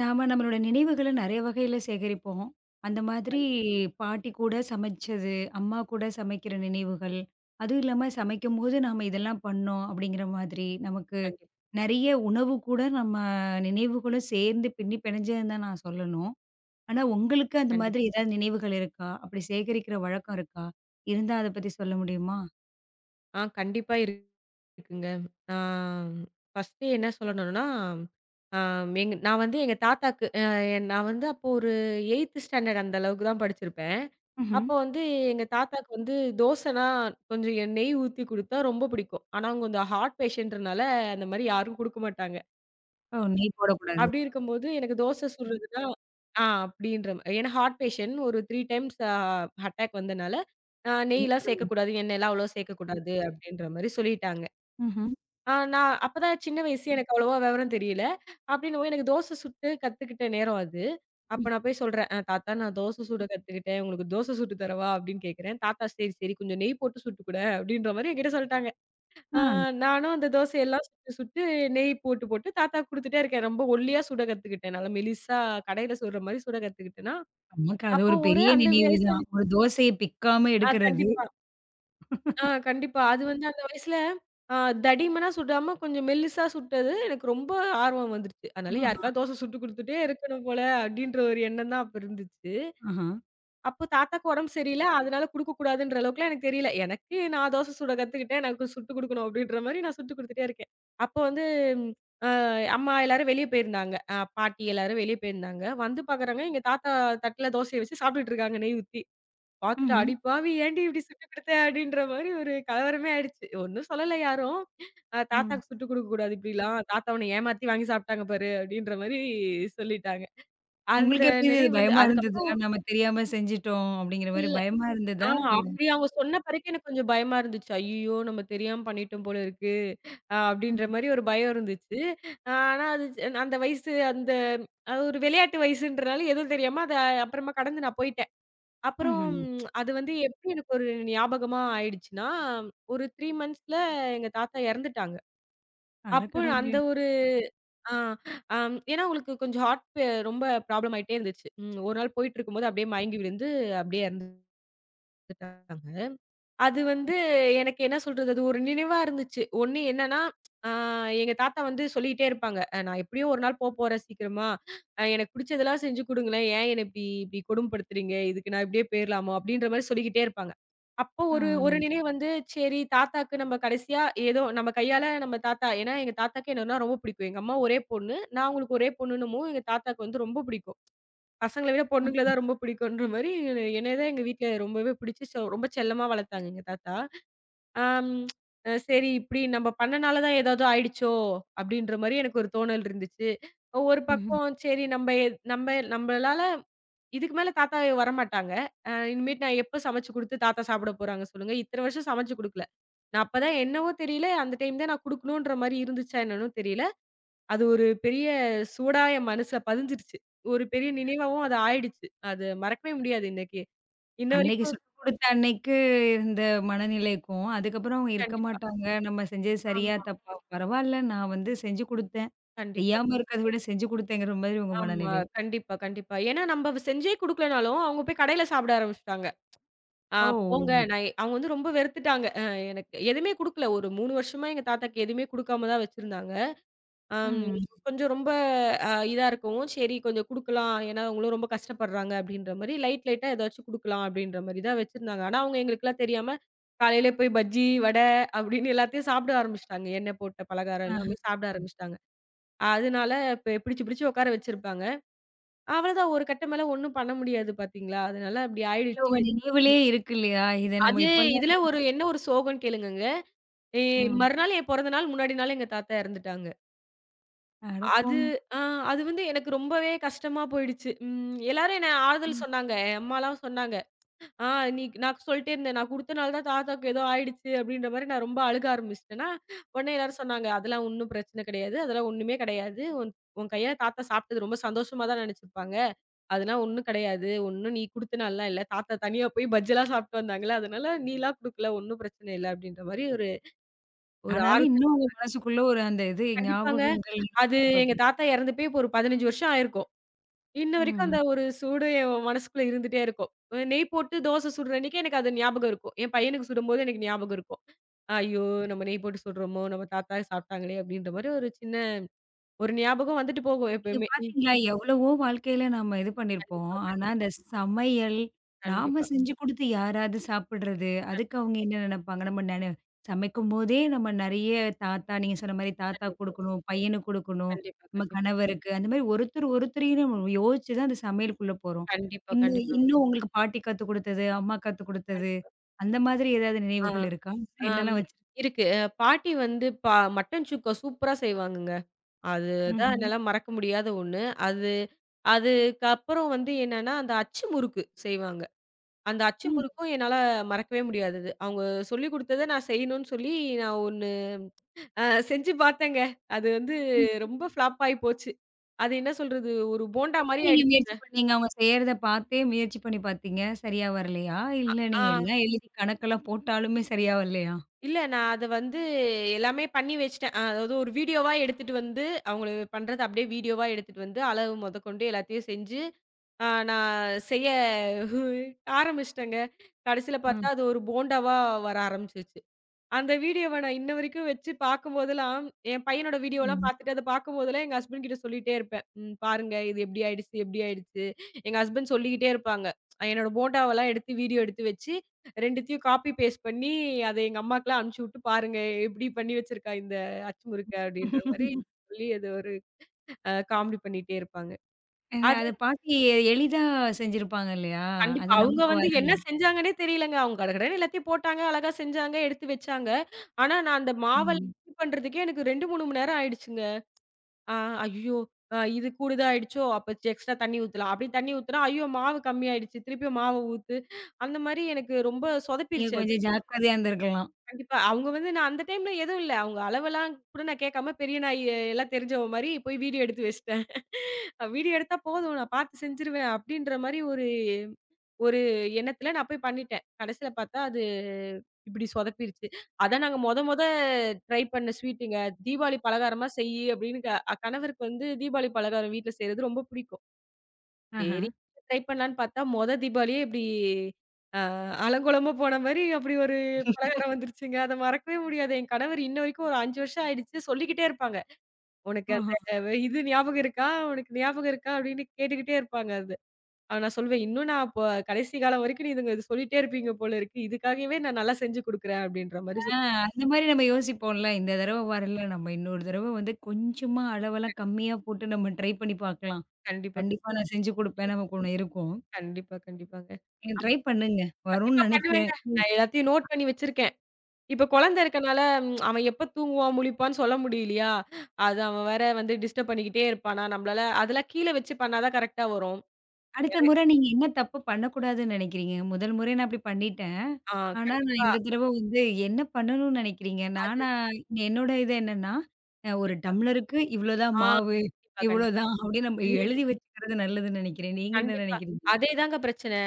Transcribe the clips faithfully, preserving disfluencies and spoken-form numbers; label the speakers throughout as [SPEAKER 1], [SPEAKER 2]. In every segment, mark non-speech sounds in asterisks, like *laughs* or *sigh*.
[SPEAKER 1] நாம நம்மளோட நினைவுகள நெறைய வகையில சேகரிப்போம். அந்த மாதிரி
[SPEAKER 2] கண்டிப்
[SPEAKER 1] பாட்டி கூட சமைச்சது, அம்மா கூட சமைக்கிற நினைவுகள், அதுவும் இல்லாம சமைக்கும்போது நாம இதெல்லாம் பண்ணோம் அப்படிங்கிற மாதிரி, நமக்கு
[SPEAKER 2] கண்டிப்
[SPEAKER 1] நெறைய உணவு கூட நம்ம நினைவுகளும் சேர்ந்து பின்னி பிணைஞ்சதுன்னு தான் நான் சொல்லணும். ஆனா உங்களுக்கு அந்த
[SPEAKER 2] கண்டிப்
[SPEAKER 1] மாதிரி ஏதாவது நினைவுகள் இருக்கா? அப்படி சேகரிக்கிற வழக்கம் இருக்கா? இருந்தா அத பத்தி சொல்ல முடியுமா?
[SPEAKER 2] ஆ கண்டிப்பா இருக்கு- இருக்குங்க. ஆ ஃபர்ஸ்ட்டு என்ன சொல்லணும்னா, ஆ எங்க நான் வந்து எங்க தாத்தாக்கு அ நான் வந்து அப்போ ஒரு எய்த்த் ஸ்டாண்டர்ட் அந்த அளவுக்கு தான் படிச்சிருப்பேன்.
[SPEAKER 1] ம்ஹ்ம்.
[SPEAKER 2] அப்போ வந்து எங்க தாத்தாக்கு வந்து தோசைனா கொஞ்சம் எ நெய் ஊத்தி குடுத்தா ரொம்ப பிடிக்கும். ஆனா அவங்க கொஞ்சம் ஹார்ட் பேஷண்ட்றனால அந்த மாரி யாரும் குடுக்க மாட்டாங்க.
[SPEAKER 1] ஓ! நெய் போடக்கூடாது.
[SPEAKER 2] அப்படி இருக்கும்போது எனக்கு தோசை சுடுறதுன்னா ஆ அப்படின்ற மா ஏன்னா ஹார்ட் பேஷண்ட் ஒரு மூணு டைம்ஸ் அ அட்டாக் வந்தனால, அ நெய்லாம் சேர்க்கக்கூடாது, எண்ணெய்லாம் அவ்வளவா சேர்க்கக்கூடாது அப்படின்ற மாரி சொல்லிட்டாங்க.
[SPEAKER 1] ம்ஹ்ம்.
[SPEAKER 2] ஆ நான் அப்பதான் சின்ன வயசு எனக்கு அவ்வளவா விவரம் தெரியல. அப்படின்னவும் எனக்கு தோசை சுட்டு கத்துக்கிட்ட நேரம் அது.
[SPEAKER 1] ம்.
[SPEAKER 2] அப்ப நான் போய் சொல்றேன், "அ தாத்தா, நான் தோசை சுட கத்துக்கிட்டேன். உங்களுக்கு தோசை சுட்டு தரவா?" அப்படின்னு கேட்கிறேன். தாத்தா, "சரி, சரி கொஞ்சம் நெய் போட்டு சுட்டுக்குடேன்" அப்படின்ற மாரி என்கிட்ட சொல்லிட்டாங்க.
[SPEAKER 1] ஆ
[SPEAKER 2] ஆ நானும் அந்த தோசையெல்லாம் சுட்டு, சுட்டு நெய் போட்டு, போட்டு தாத்தாக்கு குடுத்துட்டே இருக்கேன். ரொம்ப ஒல்லியா சுட கத்துக்கிட்டேன். நல்லா மெலிசா கடையில சுடுற மாரி சுட கத்துக்கிட்டேன்னா,
[SPEAKER 1] நமக்கு அது
[SPEAKER 2] அப்போ
[SPEAKER 1] ஒரு
[SPEAKER 2] ஒரு
[SPEAKER 1] பெரிய
[SPEAKER 2] அந்த
[SPEAKER 1] நினைவு
[SPEAKER 2] வயசுல
[SPEAKER 1] தான்.
[SPEAKER 2] எனக்கு-
[SPEAKER 1] ஒரு தோசைய பிக்காம
[SPEAKER 2] ஆ
[SPEAKER 1] எடுக்கிறது.
[SPEAKER 2] கண்டிப்பா. ஆ கண்டிப்பா. அது வந்து அந்த வயசுல ஆ தடிமனா சுடாம கொஞ்சம் மெல்லிசா சுட்டது எனக்கு ரொம்ப ஆர்வம் வந்துருச்சு. அதனால
[SPEAKER 1] ஆஹா,
[SPEAKER 2] யாருக்காவது தோசை சுட்டு குடுத்துட்டே இருக்கணும் போல, அப்டின்ற ஒரு எண்ணம் தான் அப்ப இருந்துச்சு.
[SPEAKER 1] ஆஹா.
[SPEAKER 2] அப்போ தாத்தாக்கு உடம்பு சரியில்ல. அதனால குடுக்கக்கூடாதுன்ற அளவுக்குலாம் எனக்கு தெரியல. எனக்கு நான் தோசை சுட கத்துக்கிட்டேன். எனக்கு சுட்டுக் குடுக்கணும் அப்டின்ற மாரி நான் சுட்டுக் குடுத்துட்டே இருக்கேன். அப்போ வந்து அ அம்மா எல்லாரும் வெளிய போயிருந்தாங்க. அ பாட்டி எல்லாரும் வெளிய போயிருந்தாங்க. வந்து பாக்குறாங்க எங்க தாத்தா தட்டுல தோசைய வச்சு சாப்ட்டுட்டு இருக்காங்க நெய் ஊத்தி. பாத்துட்டு,
[SPEAKER 1] ம்ஹ்ம்.
[SPEAKER 2] "அடி பாவி! ஏன்டி இப்டி சுட்டுக் குடுத்த?" அப்டின்ற மாரி ஒரு கலவரமே ஆயிடுச்சு. ஒண்ணும் சொல்லல யாரும். அ
[SPEAKER 1] ம்.
[SPEAKER 2] "தாத்தாக்கு சுட்டுக் குடுக்கக்கூடாது இப்டிலாம். தாத்தா உன்ன ஏமாத்தி வாங்கி சாப்ட்டாங்க பாரு" அப்டின்ற மாரி சொல்லிட்டாங்க. அந்த
[SPEAKER 1] உங்களுக்கு எப்படி இருந்தது?
[SPEAKER 2] நினைவு வந்து
[SPEAKER 1] பயமா இருந்ததா?
[SPEAKER 2] அதுக்கப்புறம்
[SPEAKER 1] நம்ம தெரியாம செஞ்சுட்டோம் அப்படிங்கிற மாரி
[SPEAKER 2] இல்ல.
[SPEAKER 1] பயமா
[SPEAKER 2] ஆ
[SPEAKER 1] இருந்ததா? இல்ல.
[SPEAKER 2] அப்படி அவங்க சொன்ன பிறகு எனக்கு கொஞ்சம் பயமா இருந்துச்சு. "ஐய்யயோ! நம்ம தெரியாம பண்ணிட்டோம் போல இருக்கு." அ அப்படின்ற
[SPEAKER 1] ம்.
[SPEAKER 2] மாரி ஒரு பயம் இருந்துச்சு. அ ஆனா அது அந்த வயசு அந்த அது ஒரு விளையாட்டு வயசுன்றனால எதுவும் தெரியாம அத அப்புறமா கடந்து நான் போயிட்டேன். அப்புறம்
[SPEAKER 1] ம்ஹ்ம்.
[SPEAKER 2] அது வந்து எப்படி எனக்கு ஒரு ஞாபகமா ஆயிடுச்சுன்னா, ஒரு மூணு மந்த்ஸ்ல எங்க தாத்தா இறந்துட்டாங்க.
[SPEAKER 1] அட
[SPEAKER 2] அப்போ
[SPEAKER 1] கடவுளே!
[SPEAKER 2] அந்த ஒரு ஆ அம் ஏன்னா அவங்களுக்கு கொஞ்சம் ஹார்ட் பே ரொம்ப ப்ராப்ளம் ஆயிட்டே இருந்துச்சு. ம் ஒரு நாள் போயிட்டு இருக்கும்போது அப்படியே மயங்கி விழுந்து அப்படியே இறந்துட்டாங்க. அது வந்து எனக்கு என்ன சொல்றது? அது ஒரு நினைவா இருந்துச்சு. ஒண்ணு என்னன்னா, ஆ எங்க தாத்தா வந்து சொல்லிட்டே இருப்பாங்க. அ "நான் எப்படியும் ஒரு நாள் போப்போறேன் சீக்கிரமா. அ எனக்கு புடிச்சதெல்லாம் செஞ்சு குடுங்களேன். ஏன் என்ன இப்படி இப்படி கொடுமைப்படுத்துறீங்க? இதுக்கு நான் இப்படியே போயிரலாமா?" அப்படின்ற மாரி சொல்லிக்கிட்டே இருப்பாங்க. அப்போ
[SPEAKER 1] ஆ.
[SPEAKER 2] ஒரு ஒரு நினைவு வந்து, சரி தாத்தாக்கு நம்ம கடைசியா ஏதோ நம்ம கையால நம்ம தாத்தா ஏன்னா எங்க தாத்தாக்கு என்னன்னா ரொம்ப பிடிக்கும். எங்க அம்மா ஒரே பொண்ணு. நான் அவங்களுக்கு ஒரே பொண்ணுன்னுமோ எங்க தாத்தாக்கு வந்து ரொம்ப பிடிக்கும். பசங்கள விட பொண்ணுங்கள
[SPEAKER 1] ம்.
[SPEAKER 2] தான் ரொம்ப பிடிக்குன்ற மாரி, என்னைய தான் எங்க வீட்ல ரொம்பவே பிடிச்சு செ ரொம்ப செல்லமா வளர்த்தாங்க எங்க தாத்தா. ஆம் அ சரி இப்படி நம்ம பண்ணனால தான் ஏதாவது ஆயிடுச்சோ! அப்படின்ற மாரி எனக்கு ஒரு தோணல் இருந்துச்சு. ஒரு
[SPEAKER 1] ம்ஹ்ம்.
[SPEAKER 2] பக்கம் சரி நம்ப நம்ப நம்பளால இதுக்கு மேல தாத்தா வரமாட்டாங்க. அ இனிமேட்டு நான் எப்ப சமைச்சு குடுத்து தாத்தா சாப்பிட போறாங்க சொல்லுங்க? இத்தன வருஷம் சமைச்சு குடுக்கல. நான் அப்பதான் என்னவோ தெரியல, அந்த டைம் தான் நான் குடுக்கணுன்ற மாரி இருந்துச்சா என்னன்னும் தெரியல. அது ஒரு பெரிய சூடா என் மனசுல பதிஞ்சிருச்சு. ஒரு பெரிய நினைவாவும் அது ஆயிடுச்சு. அது மறக்கவே முடியாது இன்னைக்கு. இன்ன
[SPEAKER 1] அன்னைக்கு
[SPEAKER 2] வரைக்கும்
[SPEAKER 1] சொல்லிக் கொடுத்த அன்னைக்கு இருந்த மனநிலைக்கும், அதுக்கப்புறம் அவங்க இருக்க
[SPEAKER 2] கண்டிப்பா.
[SPEAKER 1] மாட்டாங்க. நம்ம செஞ்சது சரியா?
[SPEAKER 2] ஆமா.
[SPEAKER 1] தப்பா? பரவால்ல நான் வந்து செஞ்சு கொடுத்தேன்.
[SPEAKER 2] கண்டிப்பா.
[SPEAKER 1] செய்யாம இருக்கிறத விட செஞ்சு கொடுத்தேங்கிற மாதிரி உங்க
[SPEAKER 2] ஆமா.
[SPEAKER 1] மனநிலை.
[SPEAKER 2] கண்டிப்பா, கண்டிப்பா. ஏன்னா நம்ப வ் செஞ்சே குடுக்கலனாலும், அவங்க போய் கடையில சாப்பிட ஆரம்பிச்சுட்டாங்க. "ஆ
[SPEAKER 1] ஓ!
[SPEAKER 2] போங்க." நான் அவங்க வந்து ரொம்ப வெறுத்துட்டாங்க. அ எனக்கு எதுவுமே குடுக்கல. ஒரு மூணு வருஷமா எங்க தாத்தாக்கு எதுவுமே குடுக்காம தான் வச்சிருந்தாங்க. அம் ம்.
[SPEAKER 1] ம்.
[SPEAKER 2] கொஞ்சம் ரொம்ப அ இதா இருக்கவும், சரி கொஞ்சம் குடுக்கலாம். ஏன்னா, அவங்களும் ரொம்ப கஷ்டப்படுறாங்க அப்படின்ற மாரி, லைட் லைட்டா ஏதாச்சும் குடுக்கலாம் அப்படின்ற மாரி தான் வச்சிருந்தாங்க. ஆனா, அவங்க எங்களுக்கெல்லாம் தெரியாம, காலையில போய் பஜ்ஜி, வடை அப்படின்னு எல்லாத்தையும் சாப்பிட ஆரம்பிச்சுட்டாங்க. எண்ணெய் போட்ட பலகாரம்
[SPEAKER 1] ஆஹா.
[SPEAKER 2] எல்லாமே சாப்பிட ஆரம்பிச்சுட்டாங்க. அதனால பெ பிடிச்சு பிடிச்சு உட்கார வச்சிருப்பாங்க. அவ்வளோதான் ஒரு கட்டம் மேல ஒண்ணும் பண்ண முடியாது பார்த்தீங்களா? அதனால அப்படி
[SPEAKER 1] இல்ல உங்க
[SPEAKER 2] ஆயிடுச்சு.
[SPEAKER 1] நினைவிலே இருக்கு இல்லையா? இத நம்ம
[SPEAKER 2] அது
[SPEAKER 1] இப்பல்லாம்
[SPEAKER 2] இதுல
[SPEAKER 1] வந்து
[SPEAKER 2] ஒரு என்ன ஒரு சோகம்ன்னு கேளுங்கங்க. எ
[SPEAKER 1] ம்.
[SPEAKER 2] மறுநாள் என் பொறந்த நாள், முன்னாடி நாள் எங்க தாத்தா இறந்துட்டாங்க.
[SPEAKER 1] அட
[SPEAKER 2] அது
[SPEAKER 1] போங்க.
[SPEAKER 2] ஆ அது வந்து எனக்கு ரொம்பவே கஷ்டமா போயிடுச்சு. ம் எல்லாரும் என்ன ஆறுதல் சொன்னாங்க. என் அம்மாலாம் சொன்னாங்க. "ஆ நீ நான் சொல்லிட்டே இருந்தேன். நான் குடுத்தனால தான் தாத்தாக்கு ஏதோ ஆயிடுச்சு." அப்படின்ற மாரி நான் ரொம்ப அழுக ஆரம்பிச்சுட்டேனா, உடனே எல்லாரும் சொன்னாங்க, "அதெல்லாம் ஒண்ணும் பிரச்சனை கிடையாது. அதெல்லாம் ஒண்ணுமே கிடையாது. உன் உன் கையால தாத்தா சாப்பிட்டது ரொம்ப சந்தோஷமா தான் நெனச்சிருப்பாங்க. அதெல்லாம் ஒண்ணும் கிடையாது. ஒண்ணும் நீ குடுத்தனாலலாம் இல்ல. தாத்தா தனியா போய் பஜ்ஜிலாம் சாப்பிட்டு வந்தாங்கல்ல. அதனால நீலாம் குடுக்கல. ஒண்ணும் பிரச்சனை இல்ல." அப்படின்ற மாரி ஒரு ஒரு
[SPEAKER 1] ஆனாலும்
[SPEAKER 2] ஆறுதல்.
[SPEAKER 1] இன்னும் உங்க மனசுக்குள்ள ஒரு அந்த இது
[SPEAKER 2] கண்டிப்பாங்க.
[SPEAKER 1] ஞாபகங்கள் இன்னும்
[SPEAKER 2] அது
[SPEAKER 1] இருக்கு
[SPEAKER 2] எங்க
[SPEAKER 1] பாத்தீங்க.
[SPEAKER 2] தாத்தா இறந்து போய் இப்போ ஒரு பதினஞ்சு வருஷம் ஆயிருக்கும். இன்ன வரைக்கும்
[SPEAKER 1] ம்.
[SPEAKER 2] அந்த ஒரு சூடு என் மனசுக்குள்ள இருந்துட்டே இருக்கும். அ நெய் போட்டு தோசை சுடுற அன்னைக்கு எனக்கு அது ஞாபகம் இருக்கும். என் பையனுக்கு சுடும்போது எனக்கு ஞாபகம் இருக்கும். "ஐயோ! நம்ம நெய் போட்டு சுடுறோமோ! நம்ம தாத்தா சாப்பிட்டாங்களே!" அப்படின்ற மாரி ஒரு சின்ன ஒரு ஞாபகம் வந்துட்டு போகும்
[SPEAKER 1] நீங்க
[SPEAKER 2] எப்பயுமே. ம்.
[SPEAKER 1] பாத்தீங்களா? எவ்வளவோ வாழ்க்கையில நாம இது பண்ணியிருப்போம்.
[SPEAKER 2] கண்டிப்பா,
[SPEAKER 1] ஆனா
[SPEAKER 2] கண்டிப்பா,
[SPEAKER 1] அந்த சமையல், நாம
[SPEAKER 2] கண்டிப்பா,
[SPEAKER 1] செஞ்சு குடுத்து யாராவது சாப்பிடுறது,
[SPEAKER 2] கண்
[SPEAKER 1] அதுக்கு அவங்க என்ன நெனைப்பாங்க? நம்ம நென சமைக்கும்போதே நம்ம நெறைய தாத்தா நீங்க சொன்ன மாரி தாத்தா
[SPEAKER 2] கண்டிப்பா,
[SPEAKER 1] குடுக்கணும், பையனுக்கு குடுக்கணும்,
[SPEAKER 2] கண்டிப்பா,
[SPEAKER 1] நம்ம
[SPEAKER 2] கண்டிப்பா,
[SPEAKER 1] கணவருக்கு, அந்த மாரி ஒருத்தர் ஒருத்தரையும் நம்ம யோசிச்சு தான் அந்த சமையலுக்குள்ள போறோம்.
[SPEAKER 2] கண்டிப்பா,
[SPEAKER 1] இன்னும்
[SPEAKER 2] கண்டிப்பாங்க,
[SPEAKER 1] இன்னும் உங்களுக்கு பாட்டி கத்து குடுத்தது, அம்மா கத்து குடுத்தது,
[SPEAKER 2] கண்டிப்பா.
[SPEAKER 1] அந்த மாதிரி ஏதாவது
[SPEAKER 2] ஆ,
[SPEAKER 1] நினைவுகள் இருக்கா?
[SPEAKER 2] ஆம்
[SPEAKER 1] என்னெல்லாம் வச்சிருக்
[SPEAKER 2] இருக்கு. அ பாட்டி வந்து பா மட்டன் சுக்கா சூப்பரா செய்வாங்கங்க. அதுதான்
[SPEAKER 1] ம்.
[SPEAKER 2] என்னால மறக்க முடியாத ஒண்ணு. அது அதுக்கப்புறம் வந்து என்னன்னா, அந்த அச்சு முறுக்கு செய்வாங்க. அந்த அச்சு
[SPEAKER 1] ம்,
[SPEAKER 2] முறுக்கும் என்னால மறக்கவே முடியாதது. அவங்க சொல்லிக் குடுத்தத நான் செய்யணும்னு சொல்லி நான் ஒண்ணு அ செஞ்சு பார்த்தேங்க. அது வந்து
[SPEAKER 1] ம்.
[SPEAKER 2] ரொம்ப ஃப்ளாப் ஆயி போச்சு. அது என்ன சொல்றது? ஒரு போண்டா
[SPEAKER 1] எப்படி
[SPEAKER 2] மாரி
[SPEAKER 1] நீங்க முயற்சி
[SPEAKER 2] ஆயிடுச்சு.
[SPEAKER 1] பண்ணீங்க? அவங்க செய்யறத பார்த்தே முயற்சி பண்ணி பார்த்தீங்க. சரியா வரலையா? இல்ல
[SPEAKER 2] ஆ
[SPEAKER 1] நீங்க எல்லாம் எழுதி கணக்கெல்லாம் போட்டாலுமே சரியா வரலையா?
[SPEAKER 2] இல்ல நான் அத வந்து எல்லாமே பண்ணி வச்சுட்டேன். அ அதாவது ஒரு வீடியோவா எடுத்துட்டு வந்து, அவங்கள பண்றத அப்படியே வீடியோவா எடுத்துட்டு வந்து, அளவு மொதக்கொண்டு எல்லாத்தையும் செஞ்சு ஆ நான் செய்ய ஆரம்பிச்சுட்டேங்க. கடைசில
[SPEAKER 1] ம்.
[SPEAKER 2] பார்த்தா அது ஒரு போண்டாவா வர ஆரம்பிச்சுருச்சு. அந்த வீடியோவ நான் இன்ன வரைக்கும் வச்சு பார்க்கும்போதெல்லாம், என் பையனோட ம். வீடியோலாம்
[SPEAKER 1] ம்.
[SPEAKER 2] பார்த்துட்டு அத பார்க்கும்போதெல்லாம் எங்க ஹஸ்பண்ட் கிட்ட சொல்லிட்டே இருப்பேன். "ம் பாருங்க இது எப்டி ஆயிடுச்சு, எப்டி ஆயிடுச்சு." எங்க ஹஸ்பண்ட் சொல்லிக்கிட்டே இருப்பாங்க. அஹ் என்னோட போண்டாவெல்லாம் எடுத்து வீடியோ எடுத்து வச்சு ரெண்டத்தையும் காப்பி பேஸ்ட் பண்ணி அத எங்க அம்மாக்குலாம் அனுப்பிச்சு விட்டு, "பாருங்க எப்டி பண்ணி வச்சிருக்கா இந்த அச்சு முறுக்க" அப்டின்ற மாரி சொல்லி அது ஒரு அ காமெடி பண்ணிட்டே இருப்பாங்க.
[SPEAKER 1] அ
[SPEAKER 2] அது
[SPEAKER 1] அத பார்த்து எ எளிதா செஞ்சிருப்பாங்க இல்லையா?
[SPEAKER 2] கண்டிப்பா.
[SPEAKER 1] அது
[SPEAKER 2] அவங்க
[SPEAKER 1] நமக்கு
[SPEAKER 2] வந்து
[SPEAKER 1] வரல.
[SPEAKER 2] என்ன செஞ்சாங்கன்னே தெரியலங்க. அவங்க கடகடன்னு எல்லாத்தையும் போட்டாங்க, அழகா செஞ்சாங்க, எடுத்து வச்சாங்க. ஆனா, நான் அந்த மாவெல்லாம்
[SPEAKER 1] ம்.
[SPEAKER 2] ரெடி பண்றதுக்கே எனக்கு ரெண்டு, மூணு மணி நேரம் ஆயிடுச்சுங்க. ஆ ஐயோ! அ இது கூடுதா ஆயிடுச்சோ! அப்ப எக்ஸ்ட்ரா தண்ணி ஊத்தலாம். அப்படி தண்ணி ஊத்துனா, ஐயோ! மாவு கம்மியாயிடுச்சு. திருப்பியும் மாவு ஊத்து. அந்த மாரி எனக்கு ரொம்ப
[SPEAKER 1] நீங்க
[SPEAKER 2] சொதப்பிருச்சு.
[SPEAKER 1] கொஞ்சம் ஜாக்கிரதையா இருந்திருக்கலாம்.
[SPEAKER 2] கண்டிப்பா. அவங்க வந்து நான் அந்த டைம்ல எதுவும் இல்ல. அவங்க அளவெல்லாம் கூட நான் கேட்காம பெரிய நான் எ எல்லாம் தெரிஞ்சவ மாரி போய் வீடியோ எடுத்து வச்சுட்டேன். வீடியோ எடுத்தா போதும் நான் பார்த்து செஞ்சுருவேன் அப்படின்ற மாரி ஒரு ஒரு எண்ணத்துல நான் போய் பண்ணிட்டேன். கடைசில பார்த்தா அது இப்படி சொதப்பிருச்சு. அதான் நாங்க மொத மொத ட்ரை பண்ண ஸ்வீட்டுங்க. தீபாவளி பலகாரமா செய்யி அப்படின்னு க அ- கணவருக்கு வந்து தீபாவளி பலகாரம் வீட்ல செய்றது ரொம்ப பிடிக்கும்.
[SPEAKER 1] ஆஹா.
[SPEAKER 2] சரி. ட்ரை பண்ணலான்னு பார்த்தா, மொத தீபாவளியே இப்படி அ அலங்கோலமா போன மாரி அப்படி ஒரு பலகாரம் வந்துருச்சுங்க. அத மறக்கவே முடியாது. என் கணவர் இன்ன வரைக்கும் ஒரு அஞ்சு வருஷம் ஆயிடுச்சு சொல்லிக்கிட்டே இருப்பாங்க. "உனக்கு
[SPEAKER 1] ஆஹா.
[SPEAKER 2] அந்த வ இது ஞாபகம் இருக்கா? உனக்கு ஞாபகம் இருக்கா?" அப்படின்னு கேட்டுக்கிட்டே இருப்பாங்க அது. ஆனா நான் சொல்வேன், "இன்னும் நான் அப்ப கடைசி காலம் வரைக்கும் நீ இதுங்க இது சொல்லிட்டே இருப்பீங்க போல இருக்கு. இதுக்காகவே நான் நல்லா செஞ்சு குடுக்குறேன்." அப்படின்ற மாரி
[SPEAKER 1] ஆ
[SPEAKER 2] சொல்
[SPEAKER 1] அந்த மாரி நம்ம யோசிப்போம்ல. இந்த தடவ வரல. நம்ம இன்னொரு தடவ வந்து கொஞ்சமா அளவெல்லாம் கம்மியா போட்டு நம்ம ட்ரை பண்ணி பார்க்கலாம்.
[SPEAKER 2] கண்டிப்பா,
[SPEAKER 1] கண்டிப்பா நான் செஞ்சு குடுப்பேன் நமக்கு ஒண்ணு இருக்கும்.
[SPEAKER 2] கண்டிப்பா, கண்டிப்பாங்க.
[SPEAKER 1] நீங்க ட்ரை பண்ணுங்க. வரும்னு
[SPEAKER 2] கண்டிப்பா பண்ணுவேங்க.
[SPEAKER 1] நினைக்கிறேன்.
[SPEAKER 2] நான் எல்லாத்தையும் நோட் பண்ணி வச்சிருக்கேன். இப்ப குழந்தை இருக்கனால, ம் அவன் எப்ப தூங்குவான், முழிப்பான்னு சொல்ல முடியலையா? அது அவன் வேற வந்து டிஸ்டர்ப் பண்ணிக்கிட்டே இருப்பானா, நம்மளால அதெல்லாம் கீழ வச்சு பண்ணா தான் கரெக்ட்டா வரும்.
[SPEAKER 1] அடுத்த
[SPEAKER 2] எற
[SPEAKER 1] முறை நீங்க என்ன தப்பு பண்ணக்கூடாதுன்னு நினைக்கிறீங்க? முதல் முறை நான் அப்படி பண்ணிட்டேன்.
[SPEAKER 2] ஆ
[SPEAKER 1] ஆனா, நான்
[SPEAKER 2] கண்டிப்பா.
[SPEAKER 1] இந்த தடவ வந்து என்ன பண்ணணும்னு நினைக்கிறீங்க?
[SPEAKER 2] அது
[SPEAKER 1] நானா என்னோட இது என்னன்னா, அ ஒரு டம்ளருக்கு இவ்வளோ தான்
[SPEAKER 2] ஆ
[SPEAKER 1] மாவு,
[SPEAKER 2] கண்டிப்பா,
[SPEAKER 1] இவ்வளோ
[SPEAKER 2] கண்டிப்பா.
[SPEAKER 1] தான் அப்படின்னு நம்ம
[SPEAKER 2] *laughs*
[SPEAKER 1] எழுதி வச்சுக்கிறது நல்லதுன்னு நினைக்கிறேன். நீங்க என்ன
[SPEAKER 2] கண்டிப்பா.
[SPEAKER 1] நினைக்கிறீங்க?
[SPEAKER 2] அதேதாங்க பிரச்சனை.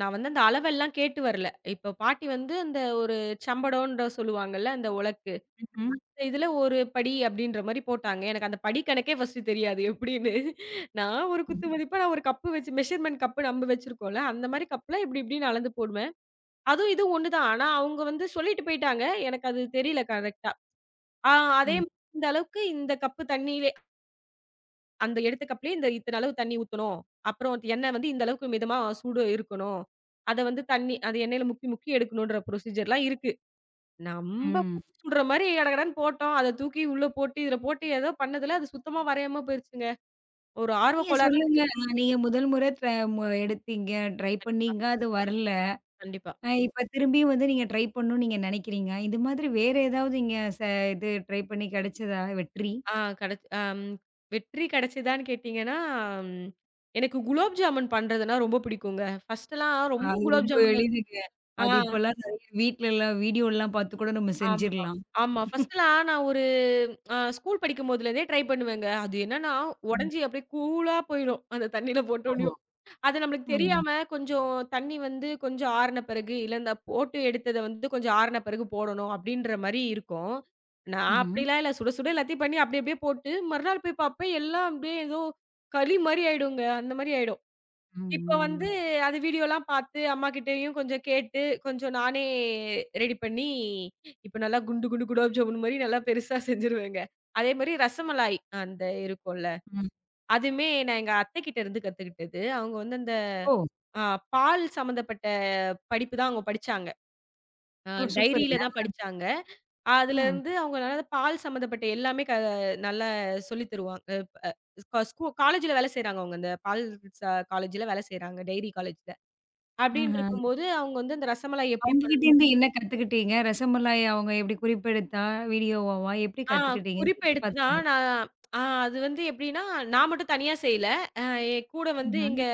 [SPEAKER 2] நான் வந்து அந்த அளவெல்லாம் கேட்டு வரல. இப்ப பாட்டி வந்து அந்த ஒரு சம்படோன்ற சொல்லுவாங்கல்ல, அந்த உலக்கு.
[SPEAKER 1] ம்.
[SPEAKER 2] இதுல ஒரு படி அப்படின்ற மாரி போட்டாங்க. எனக்கு அந்த படி கணக்கே ஃபர்ஸ்ட்டு தெரியாது எப்படின்னு. நான் ஒரு குத்து மதிப்பா நான் ஒரு கப்பு வச்சு மெஷர்மென்ட் கப்பு நம்ம வச்சிருக்கோம்ல, அந்த மாரி கப்புல இப்படி இப்படின்னு அளந்து போடுவேன். அதுவும் இது ஒண்ணுதான். ஆனா அவங்க வந்து சொல்லிட்டு போயிட்டாங்க. எனக்கு அது தெரியல கரெக்ட்டா. ஆ அதே
[SPEAKER 1] ம்.
[SPEAKER 2] மாதிரி இந்த அளவுக்கு இந்த கப்பு தண்ணீயிலே அந்த எடுத்த கப்லயே இந்த இத்தன அளவு தண்ணீ ஊத்தணும். அப்புறம் எண்ணெய் வந்து இந்த அளவுக்கு மிதமா சூடு இருக்கணும். அத வந்து தண்ணீ அது எண்ணெயில முக்கி முக்கி எடுக்கணுன்ற ப்ரொசீஜர்லாம் இருக்கு. நம்ப
[SPEAKER 1] ம்.
[SPEAKER 2] பத்தி சுடுற மாரி கடகடன்னு போட்டோம். அத தூக்கி உள்ள போட்டு, இதுல போட்டு ஏதோ பண்ணதுல அது சுத்தமா வரையாம போயிருச்சுங்க. ஒரு ஆர்வ
[SPEAKER 1] நீங்க
[SPEAKER 2] கோளாறுல
[SPEAKER 1] சொல்லுங்க. அ நீங்க முதல் முறை ட்ர மு எடுத்தீங்க, ட்ரை
[SPEAKER 2] கண்டிப்பா.
[SPEAKER 1] பண்ணீங்க, அது வரல.
[SPEAKER 2] கண்டிப்பா.
[SPEAKER 1] அ இப்ப திரும்பியும் வந்து நீங்க ட்ரை பண்ணணும்னு நீங்க நினைக்கிறீங்க. இது மாதிரி வேற ஏதாவது நீங்க ச இது ட்ரை பண்ணி கிடைச்சதா வெற்றி?
[SPEAKER 2] ஆ கிடைச் அம் வெற்றி கிடைச்சதான்னு கேட்டீங்கன்னா, ம் எனக்கு குலோப் ஜாமுன் பண்றதுன்னா ரொம்ப பிடிக்குங்க. ஃபர்ஸ்ட்லாம் ரொம்ப
[SPEAKER 1] அது
[SPEAKER 2] குலோப்
[SPEAKER 1] ரொம்ப
[SPEAKER 2] ஜாமுன்
[SPEAKER 1] எளிதுங்க.
[SPEAKER 2] ஆ
[SPEAKER 1] அது இப்பலாம் நெறைய வீட்லலாம் வீடியோலாம் பார்த்து கூட நம்ம
[SPEAKER 2] ஆமா,
[SPEAKER 1] செஞ்சிரலாம்.
[SPEAKER 2] ஆமா. ஃபர்ஸ்ட்லாம் நான் ஒரு அ ஸ்கூல் படிக்கும் போதுலேருந்தே ட்ரை பண்ணுவேங்க. அது என்னன்னா,
[SPEAKER 1] ம்.
[SPEAKER 2] உடைஞ்சு அப்படியே கூழா போயிடும். அந்த தண்ணீல
[SPEAKER 1] ஓஹோ!
[SPEAKER 2] போட்டோனயும். அது நம்மளுக்கு
[SPEAKER 1] ம்.
[SPEAKER 2] தெரியாம கொஞ்சம் தண்ணி வந்து கொஞ்சம் ஆறுன பிறகு, இல்ல இந்த போட்டு எடுத்தத வந்து கொஞ்சம் ஆறுன பிறகு போடணும் அப்டின்ற மாரி இருக்கும். நான்
[SPEAKER 1] ம்ஹ்ம்.
[SPEAKER 2] அப்டிலாம் இல்ல. சுட சுட எல்லாத்தையும் பண்ணி அப்டி அப்டியே போட்டு, மறுநாள் போய் பார்ப்பேன் எல்லாம் அப்டியே ஏதோ களி மாரி ஆயிடுங்க. அந்த மாரி ஆயிடும். இப்ப
[SPEAKER 1] ம்.
[SPEAKER 2] வந்து அது வீடியோலாம் பார்த்து அம்மாகிட்டயும் கொஞ்சம் கேட்டு, கொஞ்சம் நானே ரெடி பண்ணி, இப்ப நல்லா குண்டு குண்டு குலோப் ஜாமுன் மாரி நல்லா பெருசா செஞ்சுருவேங்க. அதே மாரி ரசமலாய் அந்த இருக்கும்ல.
[SPEAKER 1] ம்.
[SPEAKER 2] அதுமே நான் எங்க அத்தைகிட்ட இருந்து கத்துக்கிட்டது. அவங்க வந்து அந்த
[SPEAKER 1] ஓ!
[SPEAKER 2] ஆ பால் சம்மந்தப்பட்ட படிப்பு தான் அவங்க படிச்சாங்க. அ
[SPEAKER 1] ஓ!
[SPEAKER 2] டைரியில
[SPEAKER 1] சூப்பருங்க.
[SPEAKER 2] சூப்பருங்க. தான் படிச்சாங்க. ம்.
[SPEAKER 1] ம்.
[SPEAKER 2] அதுலருந்து அவங்கனால பால் சம்மந்தப்பட்ட எல்லாமே க நல்லா சொல்லி தருவாங்க. அ க ஸ்கூ காலேஜ்ல வேலை செய்றாங்க அவங்க. அந்த பால் ச காலேஜ்ல வேலை செய்றாங்க. டெய்ரி காலேஜ்ல. ம். அப்டின்னு
[SPEAKER 1] ம்ஹ்ம்.
[SPEAKER 2] இருக்கும்போது அவங்க வந்து அந்த ரசமலாய் எப்படி
[SPEAKER 1] அவங்ககிட்டேருந்து என்ன கத்துக்கிட்டீங்க? ரசமலாய் அவங்க எப்படி குறிப்பெடுத்தா? வீடியோவாவா? எப்படி
[SPEAKER 2] ஆ
[SPEAKER 1] கத்துக்கிட்டீங்க?
[SPEAKER 2] குறிப்பு
[SPEAKER 1] செஞ்சு
[SPEAKER 2] எடுத்து தான்
[SPEAKER 1] பார்த்தீங்களா?
[SPEAKER 2] நான் ஆ அது வந்து எப்படின்னா, நான் மட்டும் தனியா செய்யல. அ என் கூட வந்து
[SPEAKER 1] ம்ஹ்ம்.
[SPEAKER 2] எங்க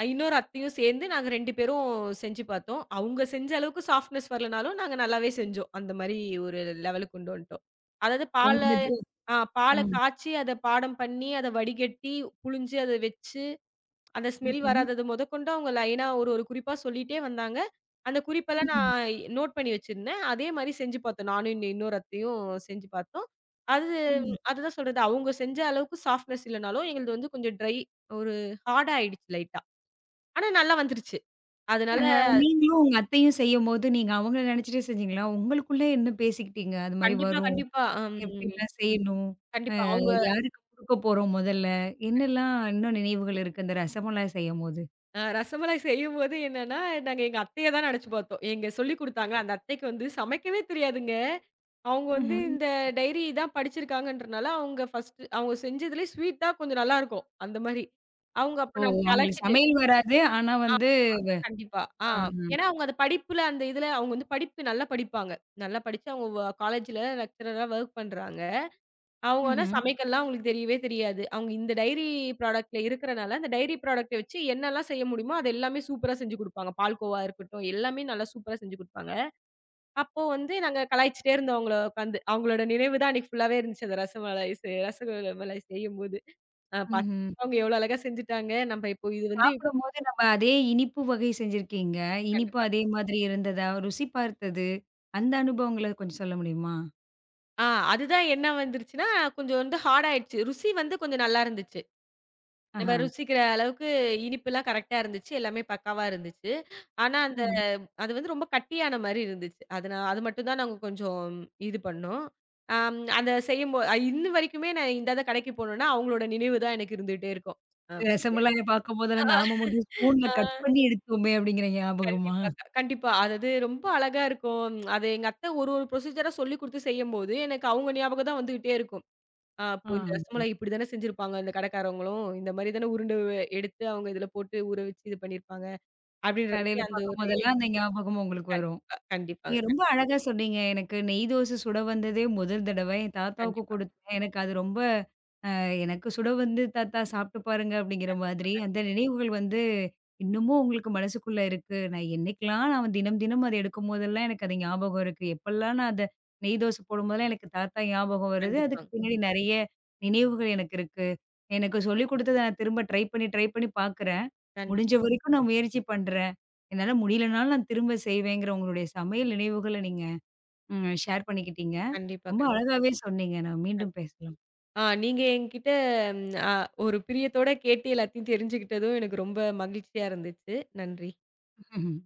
[SPEAKER 2] அ இன்னொரு அத்தையும் சேர்ந்து நாங்க ரெண்டு பேரும் செஞ்சு பார்த்தோம். அவங்க செஞ்ச அளவுக்கு சாஃப்ட்னஸ் வரலனாலும், நாங்க நல்லாவே செஞ்சோம். அந்த மாரி ஒரு லெவலுக்கு கொண்டு வந்துட்டோம். அதாவது பால
[SPEAKER 1] உங்க இது
[SPEAKER 2] ஆ பால
[SPEAKER 1] ம்.
[SPEAKER 2] காய்ச்சி, அத பாடம் பண்ணி, அத வடிகட்டி, புழிஞ்சு அத வச்சு அந்த ஸ்மெல்
[SPEAKER 1] ம்ஹ்ம்.
[SPEAKER 2] வராதது மொதக்கொண்டு அவங்க லைனா ஒரு ஒரு குறிப்பா சொல்லிட்டே வந்தாங்க. அந்த குறிப்பெல்லாம்
[SPEAKER 1] ம்ஹ்ம்.
[SPEAKER 2] நான் நோட் பண்ணி வச்சிருந்தேன். அதே மாரி செஞ்சு பார்த்தோம். நானும் இன்ன இன்னொரு அத்தையும் செஞ்சு பார்த்தோம். அது
[SPEAKER 1] ம்.
[SPEAKER 2] அதுதான் சொல்றது. அவங்க செஞ்ச அளவுக்கு சாஃப்ட்னஸ் இல்லனாலும், எங்களுது வந்து கொஞ்சம் ட்ரை ஒரு ஹார்டா ஆயிடுச்சு லைட்டா. ஆனா நல்லா வந்துருச்சு.
[SPEAKER 1] அ
[SPEAKER 2] அதனால
[SPEAKER 1] நீங்களும் உங்க அத்தையும் செய்யும்போது, நீங்க அவங்கள நெனச்சுட்டே செஞ்சீங்களா? உங்களுக்குள்ள என்ன பேசிக்கிட்டீங்க? அது மாரி
[SPEAKER 2] கண்டிப்பா,
[SPEAKER 1] வரும்.
[SPEAKER 2] கண்டிப்பா. அம்
[SPEAKER 1] எப்படிலாம் செய்யணும்?
[SPEAKER 2] கண்டிப்பா. அவங்க
[SPEAKER 1] யாருக்கு குடுக்க போறோம் முதல்ல? என்னெல்லாம் இன்னும் நினைவுகள் இருக்கு இந்த ரசமலாம் செய்யும்போது?
[SPEAKER 2] அ ரசமலாய் செய்யும்போது என்னன்னா, நாங்க எங்க அத்தைய தான் நெனச்சு பார்த்தோம். எங்க சொல்லிக் குடுத்தாங்க. அந்த அத்தைக்கு வந்து சமைக்கவே தெரியாதுங்க. அவங்க வந்து
[SPEAKER 1] ம்ஹ்ம்.
[SPEAKER 2] இந்த டைரி தான் படிச்சிருக்காங்கன்றனால, அவங்க ஃபர்ஸ்ட்டு அவங்க செஞ்சதுலயே ஸ்வீட் தான் கொஞ்சம் நல்லாருக்கும். அந்த மாரி. அவங்க அப்ப
[SPEAKER 1] ஓ!
[SPEAKER 2] நான்
[SPEAKER 1] அவங்களுக்கு
[SPEAKER 2] கலச்சிட்டேன்.
[SPEAKER 1] சமையல் வராது. ஆனா
[SPEAKER 2] ஆ
[SPEAKER 1] வந்து வ
[SPEAKER 2] கண்டிப்பா. ஆ
[SPEAKER 1] ஆ.
[SPEAKER 2] ஏன்னா அவங்க அந்த படிப்புல அந்த இதுல அவங்க வந்து படிப்பு நல்லா படிப்பாங்க. நல்லா படிச்சு அவங்க வ காலேஜ்ல லெக்சரரா வொர்க் பண்றாங்க. அவங்க ஆனா
[SPEAKER 1] ம்ஹ்ம்.
[SPEAKER 2] சமைக்கலாம் அவங்களுக்கு தெரியவே தெரியாது. அவங்க இந்த டைரி ப்ராடக்ட்ல இருக்கறனால, அந்த டைரி ப்ராடக்ட்ட வச்சு என்னலாம் செய்ய முடியுமோ, அது எல்லாமே சூப்பரா செஞ்சு குடுப்பாங்க. பால்கோவா இருக்கட்டும், எல்லாமே நல்லா சூப்பரா செஞ்சு குடுப்பாங்க. அப்போ வந்து நாங்க கலாய்ச்சிட்டே இருந்தோம் அவங்கள உட்காந்து. அவங்களோட நினைவு தான் அன்னைக்கு ஃபுல்லாவே இருந்துச்சு. அந்த ரசமலாய் செ ரசமலாய் செய்யும்போது. அ பாத்
[SPEAKER 1] ம்ஹ்ம்.
[SPEAKER 2] அவங்க எவ்வளோ அழகா செஞ்சுட்டாங்க. நம்ம இப்போ இது வந்து
[SPEAKER 1] சாப்பிடும்போது நம்ம அதே இனிப்பு வகை செஞ்சிருக்கீங்க. இனிப்பு
[SPEAKER 2] கண்டிப்பா.
[SPEAKER 1] அதே மாதிரி இருந்ததா? ருசி பார்த்தது, அந்த அனுபவங்கள கொஞ்சம் சொல்ல முடியுமா?
[SPEAKER 2] ஆ அதுதான் என்ன வந்துருச்சுன்னா, கொஞ்சம் வந்து ஹார்ட் ஆயிடுச்சு. ருசி வந்து கொஞ்சம் நல்லா இருந்துச்சு. நம்ம
[SPEAKER 1] ஆஹா.
[SPEAKER 2] ருசிக்கிற அளவுக்கு இனிப்புலாம் கரெக்ட்டா இருந்துச்சு. எல்லாமே பக்காவா இருந்துச்சு. ஆனா அந்த
[SPEAKER 1] ம்ஹ்ம்.
[SPEAKER 2] அது வந்து ரொம்ப கட்டியான மாரி இருந்துச்சு. அது நான் அது மட்டும் தான் நாங்க கொஞ்சம் இது பண்ணோம். அம் அந்த செய்யும்போ இன்ன வரைக்குமே நான் இந்த இந்த கடைக்கு போனோம்னா, அவங்களோட நினைவு தான் எனக்கு இருந்துட்டே இருக்கும். ஆமா.
[SPEAKER 1] ரசமலாய பார்க்கும்போதெல்லாம் நாம மட்டும் ஸ்பூன்ல கட்
[SPEAKER 2] ஆ
[SPEAKER 1] பண்ணி எடுத்தோமே! அப்படிங்கிற ஞாபகமா?
[SPEAKER 2] கண்டிப்பா. க- கண்டிப்பா. அதாவது ரொம்ப அழகா இருக்கும். அது எங்க அத்தை ஒரு ஒரு ப்ரொசீஜரா சொல்லிக் குடுத்து செய்யும்போது, எனக்கு அவங்க ஞாபகம் தான் வந்துகிட்டே இருக்கும். ஆ
[SPEAKER 1] ஆ.
[SPEAKER 2] அப்போ இந்த ரசமலாய் இப்படி தானே செஞ்சிருப்பாங்க இந்த கடைக்காரவங்களும். இந்த மாரி தானே உருண்ட எடுத்து அவங்க இதுல போட்டு ஊற வச்சு இது பண்ணியிருப்பாங்க. அப்படின்ற மாரி
[SPEAKER 1] கடையில
[SPEAKER 2] அந்த ஒரு
[SPEAKER 1] பார்க்கும்போதெல்லாம் அந்த ஞாபகம் உங்களுக்கு வரும்.
[SPEAKER 2] கண்டிப்பா,
[SPEAKER 1] நீங்க
[SPEAKER 2] கண்டிப்பாங்க.
[SPEAKER 1] ரொம்ப அழகா சொன்னீங்க. எனக்கு நெய் தோசை சுட வந்ததே முதல் தடவை. என் தாத்தாவுக்கு
[SPEAKER 2] கண்டிப்பா,
[SPEAKER 1] கொடுத்தேன். எனக்கு அது ரொம்ப எனக்கு சுட வந்து தாத்தா சாப்பிட்டு பாருங்க அப்படிங்கிற
[SPEAKER 2] கண்டிப்பா,
[SPEAKER 1] மாதிரி, அந்த நினைவுகள் வந்து இன்னமும் உங்களுக்கு மனசுக்குள்ள இருக்கு. நான் என்னைக்கெல்லாம் நான் தினம் தினம் அத எடுக்கும்போதெல்லாம் எனக்கு அது ஞாபகம் இருக்கு. எப்பல்லாம் நான் அத நெய் தோசை போடும்போதெல்லாம் எனக்கு தாத்தா ஞாபகம் வருது. அதுக்கு
[SPEAKER 2] கண்டிப்பாங்க.
[SPEAKER 1] பின்னாடி நெறைய நினைவுகள் எனக்கு இருக்கு. எனக்கு சொல்லிக் குடுத்தத நான் திரும்ப ட்ரை பண்ணி, ட்ரை பண்ணி பார்க்குறேன். முடிஞ்ச
[SPEAKER 2] கண்டிப்பா, கண்டிப்பா,
[SPEAKER 1] வரைக்கும் நான் முயற்சி பண்றேன். என்னால முடியலனாலும் நான் திரும்ப செய்வேங்கிற உங்களுடைய சமையல் நினைவுகள நீங்க ம் ஷேர் பண்ணிக்கிட்டீங்க.
[SPEAKER 2] கண்டிப்பா,
[SPEAKER 1] ரொம்ப அழகாவே சொன்னீங்க. நம்ம மீண்டும்
[SPEAKER 2] கண்டிப்பா.
[SPEAKER 1] பேசலாம்.
[SPEAKER 2] ஆ நீங்க என்கிட்ட அ ஒரு பிரியத்தோட கேட்டு எல்லாத்தையும் தெரிஞ்சுக்கிட்டதும் எனக்கு ரொம்ப மகிழ்ச்சியா இருந்துச்சு. நன்றி.
[SPEAKER 1] *laughs*